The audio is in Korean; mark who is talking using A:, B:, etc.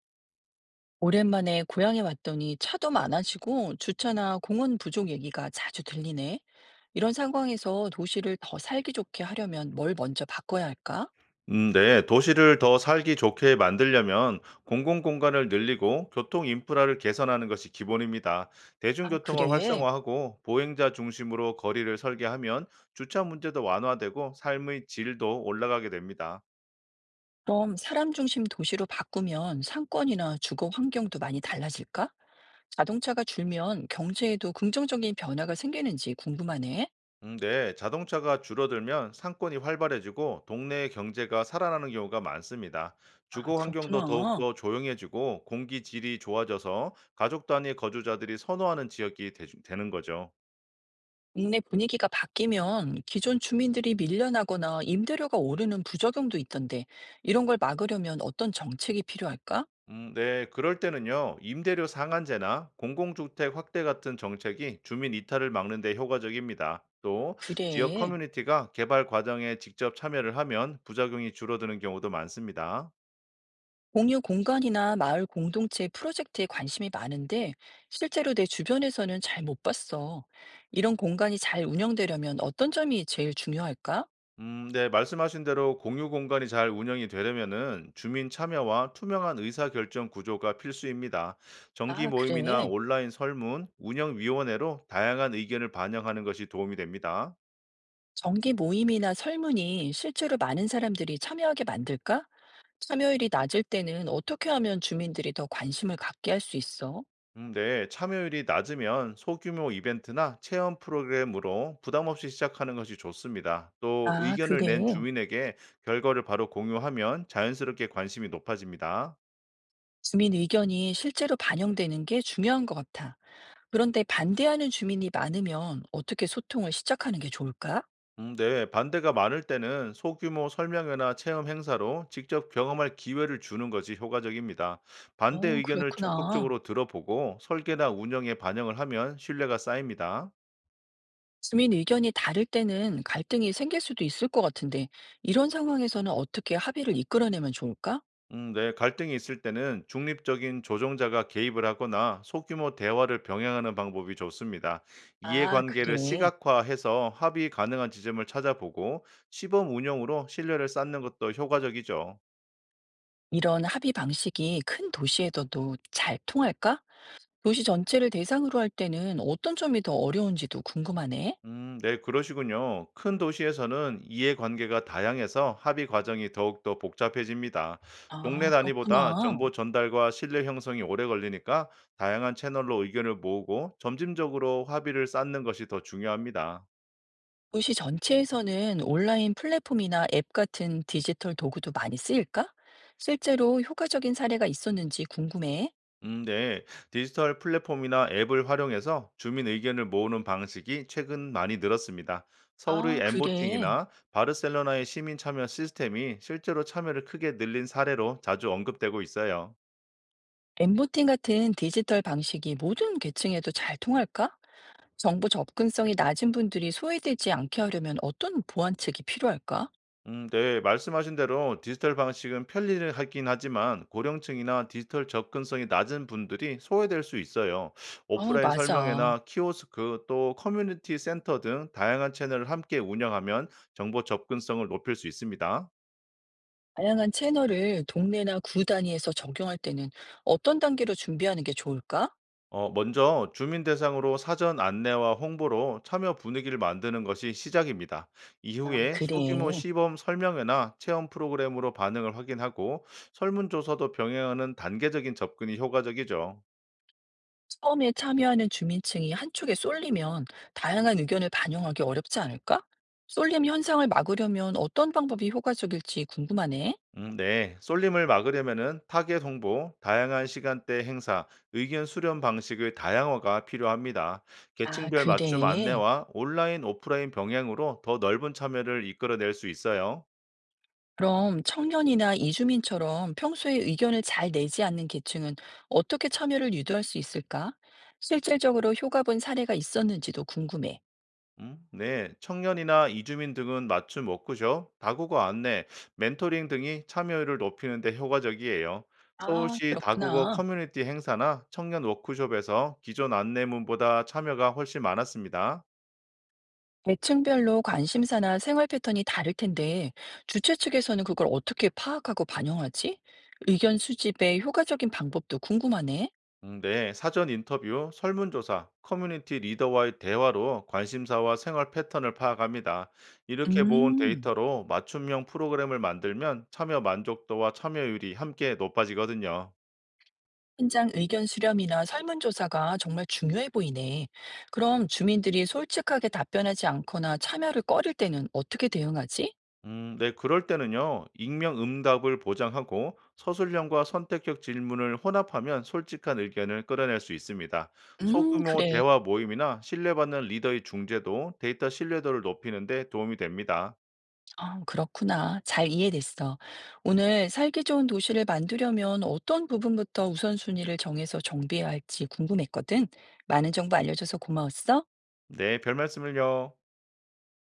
A: 오랜만에 고향에 왔더니 차도 많아지고 주차나 공원 부족 얘기가 자주 들리네. 이런 상황에서 도시를 더 살기 좋게 하려면 뭘 먼저 바꿔야 할까?
B: 네. 도시를 더 살기 좋게 만들려면 공공공간을 늘리고 교통 인프라를 개선하는 것이 기본입니다.
A: 아,
B: 대중교통을
A: 그래.
B: 활성화하고 보행자 중심으로 거리를 설계하면 주차 문제도 완화되고 삶의 질도 올라가게 됩니다.
A: 그럼 사람 중심 도시로 바꾸면 상권이나 주거 환경도 많이 달라질까? 자동차가 줄면 경제에도 긍정적인 변화가 생기는지 궁금하네.
B: 네. 자동차가 줄어들면 상권이 활발해지고 동네의 경제가 살아나는 경우가 많습니다.
A: 아,
B: 주거 환경도
A: 그렇구나.
B: 더욱더 조용해지고 공기 질이 좋아져서 가족 단위 거주자들이 선호하는 지역이 되는 거죠.
A: 동네 분위기가 바뀌면 기존 주민들이 밀려나거나 임대료가 오르는 부작용도 있던데, 이런 걸 막으려면 어떤 정책이 필요할까?
B: 네, 그럴 때는요, 임대료 상한제나 공공주택 확대 같은 정책이 주민 이탈을 막는 데 효과적입니다. 또, 지역
A: 그래.
B: 커뮤니티가 개발 과정에 직접 참여를 하면 부작용이 줄어드는 경우도 많습니다.
A: 공유 공간이나 마을 공동체 프로젝트에 관심이 많은데, 실제로 내 주변에서는 잘 못 봤어. 이런 공간이 잘 운영되려면 어떤 점이 제일 중요할까?
B: 네, 말씀하신 대로 공유 공간이 잘 운영이 되려면은 주민 참여와 투명한 의사결정 구조가 필수입니다. 정기
A: 아,
B: 모임이나
A: 그래.
B: 온라인 설문, 운영위원회로 다양한 의견을 반영하는 것이 도움이 됩니다.
A: 정기 모임이나 설문이 실제로 많은 사람들이 참여하게 만들까? 참여율이 낮을 때는 어떻게 하면 주민들이 더 관심을 갖게 할 수 있어?
B: 네, 참여율이 낮으면 소규모 이벤트나 체험 프로그램으로 부담 없이 시작하는 것이 좋습니다. 또
A: 아,
B: 의견을 낸
A: 그래.
B: 주민에게 결과를 바로 공유하면 자연스럽게 관심이 높아집니다.
A: 주민 의견이 실제로 반영되는 게 중요한 것 같아. 그런데 반대하는 주민이 많으면 어떻게 소통을 시작하는 게 좋을까?
B: 네, 반대가 많을 때는 소규모 설명회나 체험 행사로 직접 경험할 기회를 주는 것이 효과적입니다. 반대
A: 어,
B: 의견을
A: 그렇구나.
B: 적극적으로 들어보고 설계나 운영에 반영을 하면 신뢰가 쌓입니다.
A: 주민 의견이 다를 때는 갈등이 생길 수도 있을 것 같은데, 이런 상황에서는 어떻게 합의를 이끌어내면 좋을까?
B: 네. 갈등이 있을 때는 중립적인 조정자가 개입을 하거나 소규모 대화를 병행하는 방법이 좋습니다.
A: 아,
B: 이해관계를
A: 그래.
B: 시각화해서 합의 가능한 지점을 찾아보고 시범 운영으로 신뢰를 쌓는 것도 효과적이죠.
A: 이런 합의 방식이 큰 도시에서도 잘 통할까? 도시 전체를 대상으로 할 때는 어떤 점이 더 어려운지도 궁금하네.
B: 네, 그러시군요. 큰 도시에서는 이해관계가 다양해서 합의 과정이 더욱더 복잡해집니다.
A: 아,
B: 동네 단위보다 정보
A: 그렇구나.
B: 전달과 신뢰 형성이 오래 걸리니까 다양한 채널로 의견을 모으고 점진적으로 합의를 쌓는 것이 더 중요합니다.
A: 도시 전체에서는 온라인 플랫폼이나 앱 같은 디지털 도구도 많이 쓰일까? 실제로 효과적인 사례가 있었는지 궁금해.
B: 네. 디지털 플랫폼이나 앱을 활용해서 주민 의견을 모으는 방식이 최근 많이 늘었습니다. 서울의
A: 아, 그래.
B: 엠보팅이나 바르셀로나의 시민 참여 시스템이 실제로 참여를 크게 늘린 사례로 자주 언급되고 있어요.
A: 엠보팅 같은 디지털 방식이 모든 계층에도 잘 통할까? 정보 접근성이 낮은 분들이 소외되지 않게 하려면 어떤 보완책이 필요할까?
B: 네. 말씀하신 대로 디지털 방식은 편리를 하긴 하지만 고령층이나 디지털 접근성이 낮은 분들이 소외될 수 있어요.
A: 아,
B: 오프라인
A: 맞아.
B: 설명회나 키오스크 또 커뮤니티 센터 등 다양한 채널을 함께 운영하면 정보 접근성을 높일 수 있습니다.
A: 다양한 채널을 동네나 구 단위에서 적용할 때는 어떤 단계로 준비하는 게 좋을까?
B: 먼저 주민 대상으로 사전 안내와 홍보로 참여 분위기를 만드는 것이 시작입니다.
A: 아,
B: 이후에 소규모
A: 그래.
B: 시범 설명회나 체험 프로그램으로 반응을 확인하고 설문조사도 병행하는 단계적인 접근이 효과적이죠.
A: 처음에 참여하는 주민층이 한쪽에 쏠리면 다양한 의견을 반영하기 어렵지 않을까? 쏠림 현상을 막으려면 어떤 방법이 효과적일지 궁금하네.
B: 네, 쏠림을 막으려면은 타겟 홍보, 다양한 시간대 행사, 의견 수렴 방식의 다양화가 필요합니다.
A: 아,
B: 계층별
A: 그래.
B: 맞춤 안내와 온라인, 오프라인 병행으로 더 넓은 참여를 이끌어낼 수 있어요.
A: 그럼 청년이나 이주민처럼 평소에 의견을 잘 내지 않는 계층은 어떻게 참여를 유도할 수 있을까? 실질적으로 효과 본 사례가 있었는지도 궁금해.
B: 네. 청년이나 이주민 등은 맞춤 워크숍, 다국어 안내, 멘토링 등이 참여율을 높이는 데 효과적이에요.
A: 아,
B: 서울시 다국어
A: 그렇구나.
B: 커뮤니티 행사나 청년 워크숍에서 기존 안내문보다 참여가 훨씬 많았습니다.
A: 계층별로 관심사나 생활 패턴이 다를 텐데, 주최 측에서는 그걸 어떻게 파악하고 반영하지? 의견 수집의 효과적인 방법도 궁금하네.
B: 네. 사전 인터뷰, 설문조사, 커뮤니티 리더와의 대화로 관심사와 생활 패턴을 파악합니다. 이렇게 모은
A: 음,
B: 데이터로 맞춤형 프로그램을 만들면 참여 만족도와 참여율이 함께 높아지거든요.
A: 현장 의견 수렴이나 설문조사가 정말 중요해 보이네. 그럼 주민들이 솔직하게 답변하지 않거나 참여를 꺼릴 때는 어떻게 대응하지?
B: 네, 그럴 때는요, 익명 응답을 보장하고 서술형과 선택형 질문을 혼합하면 솔직한 의견을 끌어낼 수 있습니다. 소규모
A: 그래.
B: 대화 모임이나 신뢰받는 리더의 중재도 데이터 신뢰도를 높이는 데 도움이 됩니다.
A: 아, 그렇구나. 잘 이해됐어. 오늘 살기 좋은 도시를 만들려면 어떤 부분부터 우선순위를 정해서 정비해야 할지 궁금했거든. 많은 정보 알려줘서 고마웠어.
B: 네, 별 말씀을요.